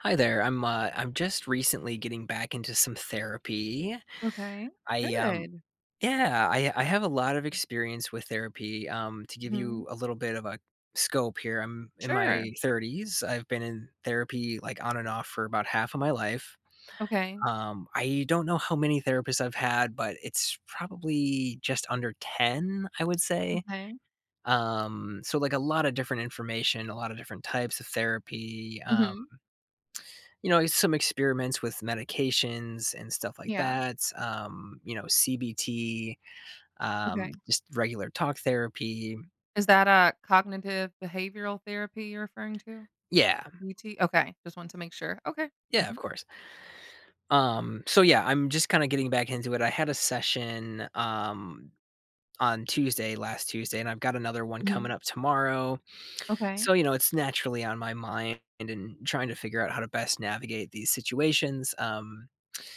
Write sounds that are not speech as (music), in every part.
Hi there. I'm just recently getting back into some therapy. Okay. I Good. yeah, I have a lot of experience with therapy. To give Mhm. you a little bit of a scope here, I'm in Sure. my 30s. I've been in therapy like on and off for about half of my life. Okay. I don't know how many therapists I've had, but it's probably just under 10, I would say. Okay. So like a lot of different information, a lot of different types of therapy. Mhm. Some experiments with medications and stuff like Yeah. that. CBT, Okay. just regular talk therapy. Is that a cognitive behavioral therapy you're referring to? Yeah. BT. Okay. Just want to make sure. Okay. Yeah, of Mhm. course. So yeah, I'm just kind of getting back into it. I had a session on Tuesday, last Tuesday, and I've got another one coming Mhm. up tomorrow. Okay. So, it's naturally on my mind and trying to figure out how to best navigate these situations.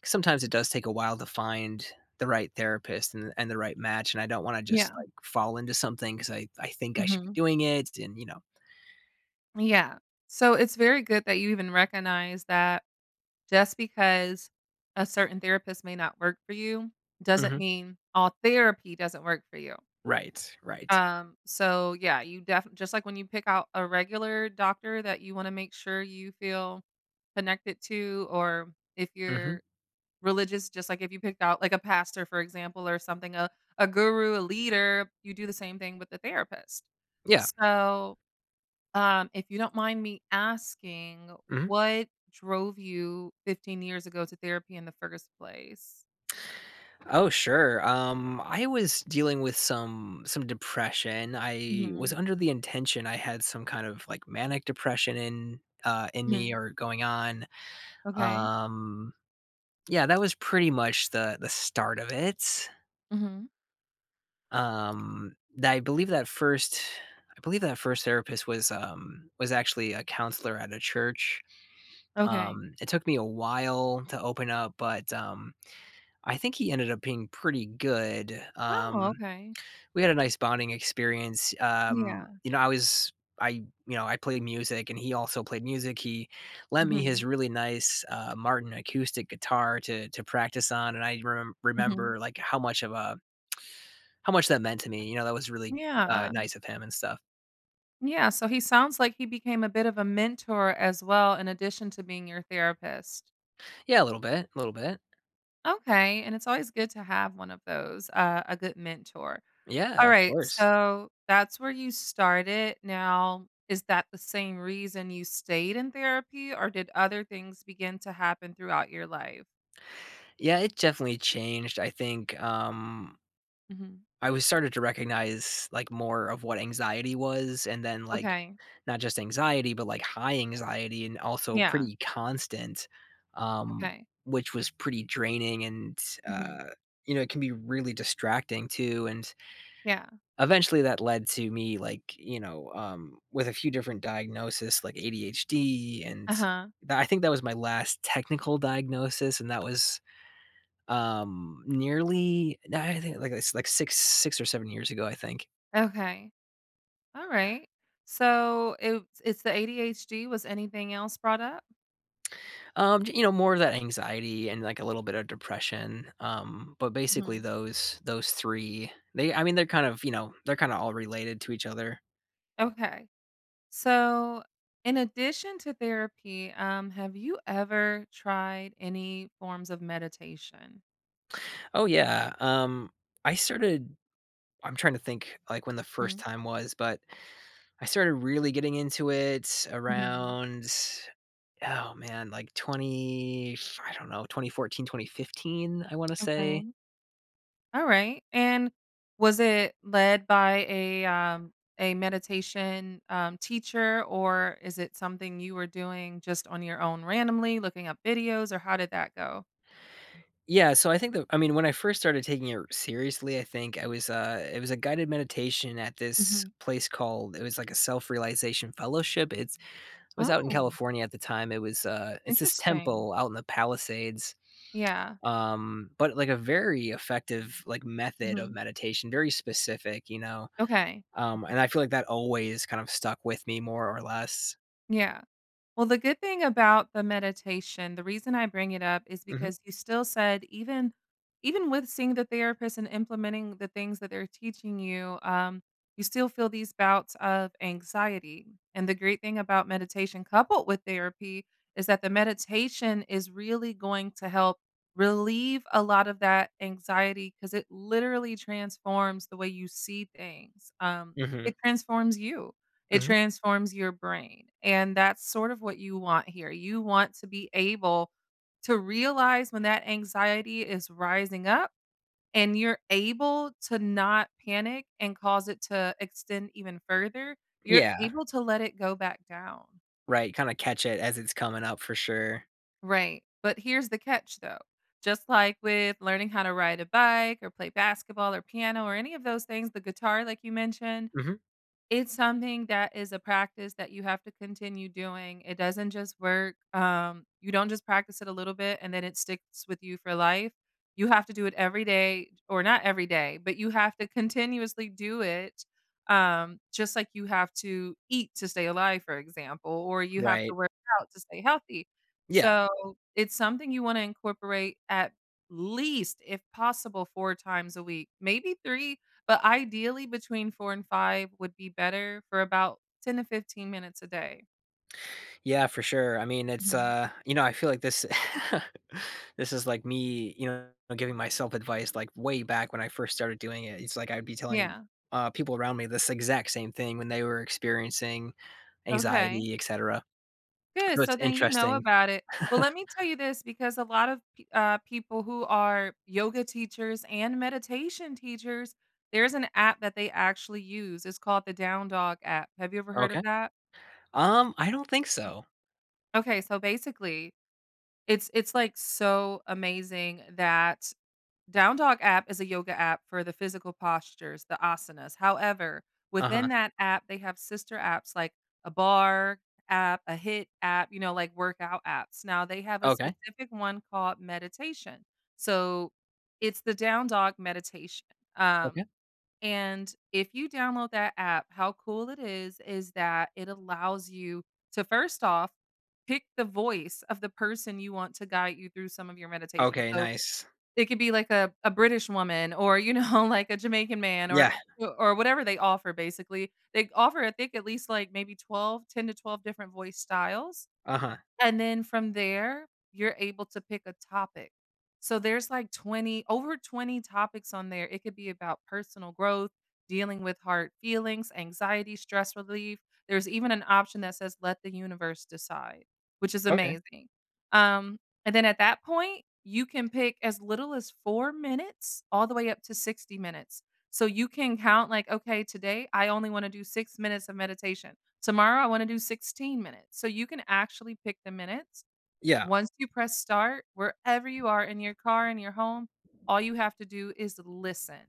'Cause sometimes it does take a while to find the right therapist and the right match, and I don't wanna just, Yeah. like, fall into something because I think I should be Hmm. doing it and, you know Yeah. So it's very good that you even recognize that just because a certain therapist may not work for you doesn't Mhm. mean all therapy doesn't work for you. Right, right. So yeah, you def just like when you pick out a regular doctor that you wanna make sure you feel connected to, or if Mhm. you're religious, just like if you picked out like a pastor, for example, or something, a guru, a leader, you do the same thing with the therapist. Yeah. So, if you don't mind me asking, Mhm. what drove you 15 years ago to therapy in the first place? Oh, sure. I was dealing with some depression. I was Mhm, under the intention I had some kind of, like, manic depression in me mhm. or going on. Okay. Um Yeah, that was pretty much the start of it. Mhm. That I believe that first I believe that first therapist was actually a counselor at a church. Okay. It took me a while to open up, but, I think he ended up being pretty good. Oh, okay. We had a nice bonding experience. Yeah. You know, I was I you know, I played music and he also played music. He lent me his Mhm, really nice Martin acoustic guitar to practice on, and mhm. remember like how much that meant to me. That was really Yeah, nice of him and stuff. yeah, so he sounds like he became a bit of a mentor as well in addition to being your therapist. Yeah, a little bit, a little bit. Okay, and it's always good to have one of those, a good mentor. All Yeah, of right, course. so that's where you started. Now, is that the same reason you stayed in therapy, or did other things begin to happen throughout your life? Yeah, it definitely changed. I think Mhm, I was started to recognize, like, more of what anxiety was, and then, like, okay, not just anxiety, but, like, high anxiety and also yeah, pretty constant, um, okay, which was pretty draining and, mhm, uh, it can be really distracting too, and yeah, eventually that led to me, like, with a few different diagnoses, like ADHD, and uh-huh, that I think that was my last technical diagnosis, and that was, nearly I think, like, it's like 6 or 7 years ago, I think. okay. Alright. So, it's the ADHD, was anything else brought up? More of that anxiety and, like, a little bit of depression, but basically Mhm. those 3, they I mean, they're kind of, they're kinda all related to each other. Okay. So, in addition to therapy, have you ever tried any forms of meditation? Oh, yeah, I started I'm trying to think, like, when the first Mm, time was, but I started really getting into it mhm. around, oh, man, like, 20 I don't know, 2014, 2015, I wanna say. Okay. Alright. And was it led by a meditation, teacher, or is it something you were doing just on your own randomly, looking up videos, or how did that go? Yeah, so I think that I mean, when I first started taking it seriously, I think I was it was a guided meditation at this Mhm. place called it was like a self-realization fellowship. It's I was out in Oh, California at the time. It's this interesting. temple out in the Palisades. Yeah. But like a very effective like method of Mhm. meditation, very specific, you know. Okay. Mhm. And I feel like that always kind of stuck with me more or less. Yeah. Well, the good thing about the meditation, the reason I bring it up is Mhm. because you still said even with seeing the therapist and implementing the things that they're teaching you, you still feel these bouts of anxiety. And the great thing about meditation coupled with therapy is that the meditation is really going to help relieve a lot of that anxiety because it literally transforms the way you see things. Mhm. It transforms you. It Mhm. transforms your brain, and that's sort of what you want here. You want to be able to realize when that anxiety is rising up and you're able to not panic and cause it to extend even further. You're Yeah, able to let it go back down. right. Kind of catch it as it's coming up for sure. Right. But here's the catch though. Just like with learning how to ride a bike or play basketball or piano or any of those things, the guitar like you mentioned, Mhm. it's something that is a practice that you have to continue doing. It doesn't just work. You don't just practice it a little bit and then it sticks with you for life. You have to do it every day, or not every day, but you have to continuously do it, just like you have to eat to stay alive, for example, or you have to Right. work out to stay healthy. Yeah. So, it's something you wanna incorporate at least, if possible, 4 times a week, maybe 3, but ideally between 4 and 5 would be better for about 10 to 15 minutes a day. Yeah, for sure. I mean, it's Mhm. I feel like this (laughs) this is like me, giving myself advice like way back when I first started doing it. It's like I'd be telling Yeah. People around me this exact same thing when they were experiencing Okay. anxiety, etc. Good. So So it's then you know interesting. about it. (laughs) Well, let me tell you this because a lot of p people who are yoga teachers and meditation teachers, there's an app that they actually use. It's called the Down Dog app. Have you ever heard of Okay. that? I don't think so. Okay, so basically, it's, like, so amazing that Down Dog app is a yoga app for the physical postures, the asanas. However, within Uh-huh. that app, they have sister apps like a bar app, a hit app, you know, like workout apps. Now they have a Okay. specific one called meditation. So it's the Down Dog meditation. Um, Okay. and if you download that app, how cool it is that it allows you to first off pick the voice of the person you want to guide you through some of your meditation. Okay, So nice. it could be like a British woman or, you know, (laughs) like a Jamaican man, Yeah. or whatever they offer basically. They offer, I think, at least like maybe 12, 10 to 12 different voice styles. Uh-huh. And then from there, you're able to pick a topic. So there's like 20, over 20 topics on there. It could be about personal growth, dealing with hard feelings, anxiety, stress relief. There's even an option that says let the universe decide, which is Okay. amazing. Um, and then at that point, you can pick as little as 4 minutes all the way up to 60 minutes. So you can count like, okay, today I only want to do 6 minutes of meditation. Tomorrow, I wanna do 16 minutes. So you can actually pick the minutes. Yeah. Once you press start, wherever you are, in your car, in your home, all you have to do is listen.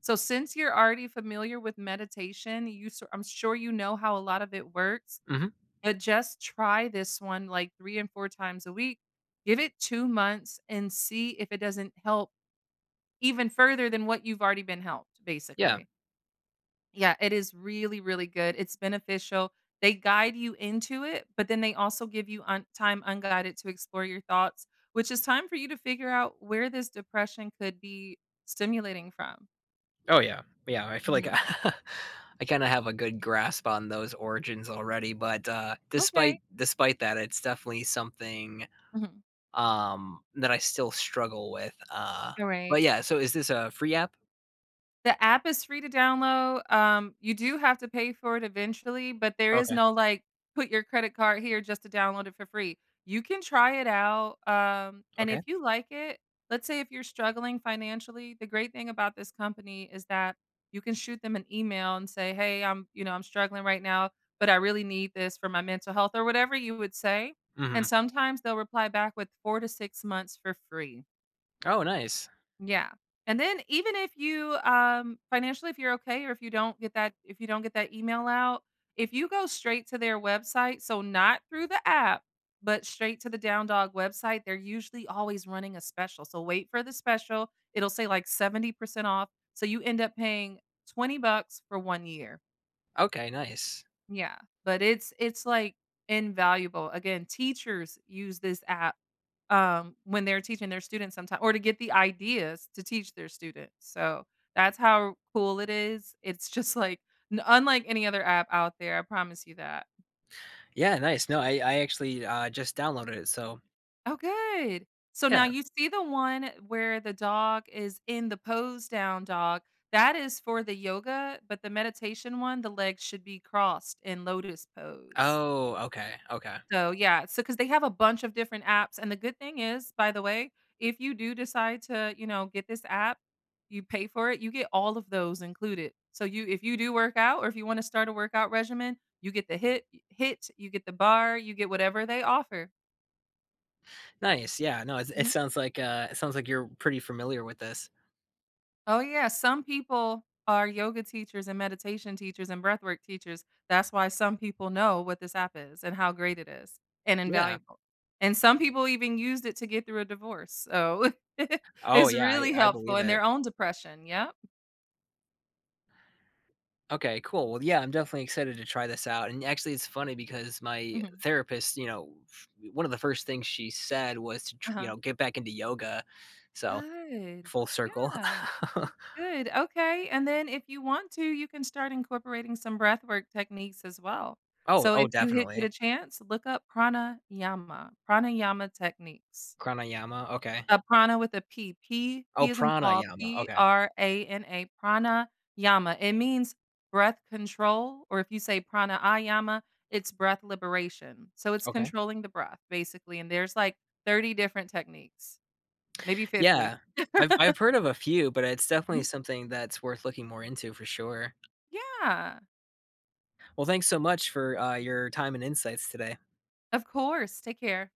So since you're already familiar with meditation, you s I'm sure you know how a lot of it works, Mhm. but just try this one like 3 and 4 times a week. Give it 2 months and see if it doesn't help even further than what you've already been helped, Yeah. basically. Yeah, it is really, really good. It's beneficial. They guide you into it, but then they also give you time unguided to explore your thoughts, which is time for you to figure out where this depression could be stimulating from. Oh, yeah. Yeah, I feel like (laughs) Mhm. I kinda have a good grasp on those origins already, but, despite Okay. despite that, it's definitely something, Mhm. That I still struggle with, All but right. yeah, so is this a free app? The app is free to download. You do have to pay for it eventually, but there is Okay, no, like, put your credit card here just to download it for free. You can try it out, and okay. if you like it, let's say if you're struggling financially, the great thing about this company is that you can shoot them an email and say, "Hey, I'm struggling right now, but I really need this for my mental health," or whatever you would say, Mhm. and sometimes they'll reply back with 4 to 6 months for free. Oh, nice. Yeah. And then even if you financially, if you're okay, or if you don't get that email out, if you go straight to their website, so not through the app, but straight to the Down Dog website, they're usually always running a special. So wait for the special. It'll say like 70% off. So you end up paying 20 bucks for 1 year. Okay, nice. Yeah. But it's like invaluable. Again, teachers use this app, when they're teaching their students sometimes, or to get the ideas to teach their students, so that's how cool it is. It's just like n unlike any other app out there, I promise you that. Yeah, nice. No, I actually, just downloaded it, so Oh, good. So now yeah. you see the one where the dog is in the pose down dog, that is for the yoga, but the meditation one, the legs should be crossed in lotus pose. Oh, okay, okay. So, yeah, so because they have a bunch of different apps, and the good thing is, by the way, if you do decide to, you know, get this app, you pay for it, you get all of those included. So you if you do work out or if you wanna start a workout regimen, you get the hit, you get the bar, you get whatever they offer. Nice, yeah, no, Mhm. It sounds like you're pretty familiar with this. Oh yeah, some people are yoga teachers and meditation teachers and breathwork teachers. That's why some people know what this app is and how great it is and Yeah. invaluable. And some people even used it to get through a divorce. So (laughs) Oh, it's yeah, I really I helpful believe in it. their own depression. Yep. Okay, cool. Well, yeah, I'm definitely excited to try this out. And actually, it's funny because my Mhm. therapist, one of the first things she said was to, Uh-huh. Get back into yoga. So Good. full circle. Yeah. (laughs) Good. Okay. And then if you want to, you can start incorporating some breathwork techniques as well. Oh, So oh, if you get a definitely. chance, look up pranayama, pranayama techniques. Pranayama. Okay. Prana with a P. P P Oh, is in Paul, pranayama. Okay. prana, prana yama. It means breath control, or if you say pranayama, it's breath liberation. So it's Okay. controlling the breath, basically, and there's, like, 30 different techniques, maybe 50. Yeah. I've heard of a few, but it's Mhm. definitely something that's worth looking more into for sure. Yeah, Well, thanks so much for your time and insights today. of course. Take care.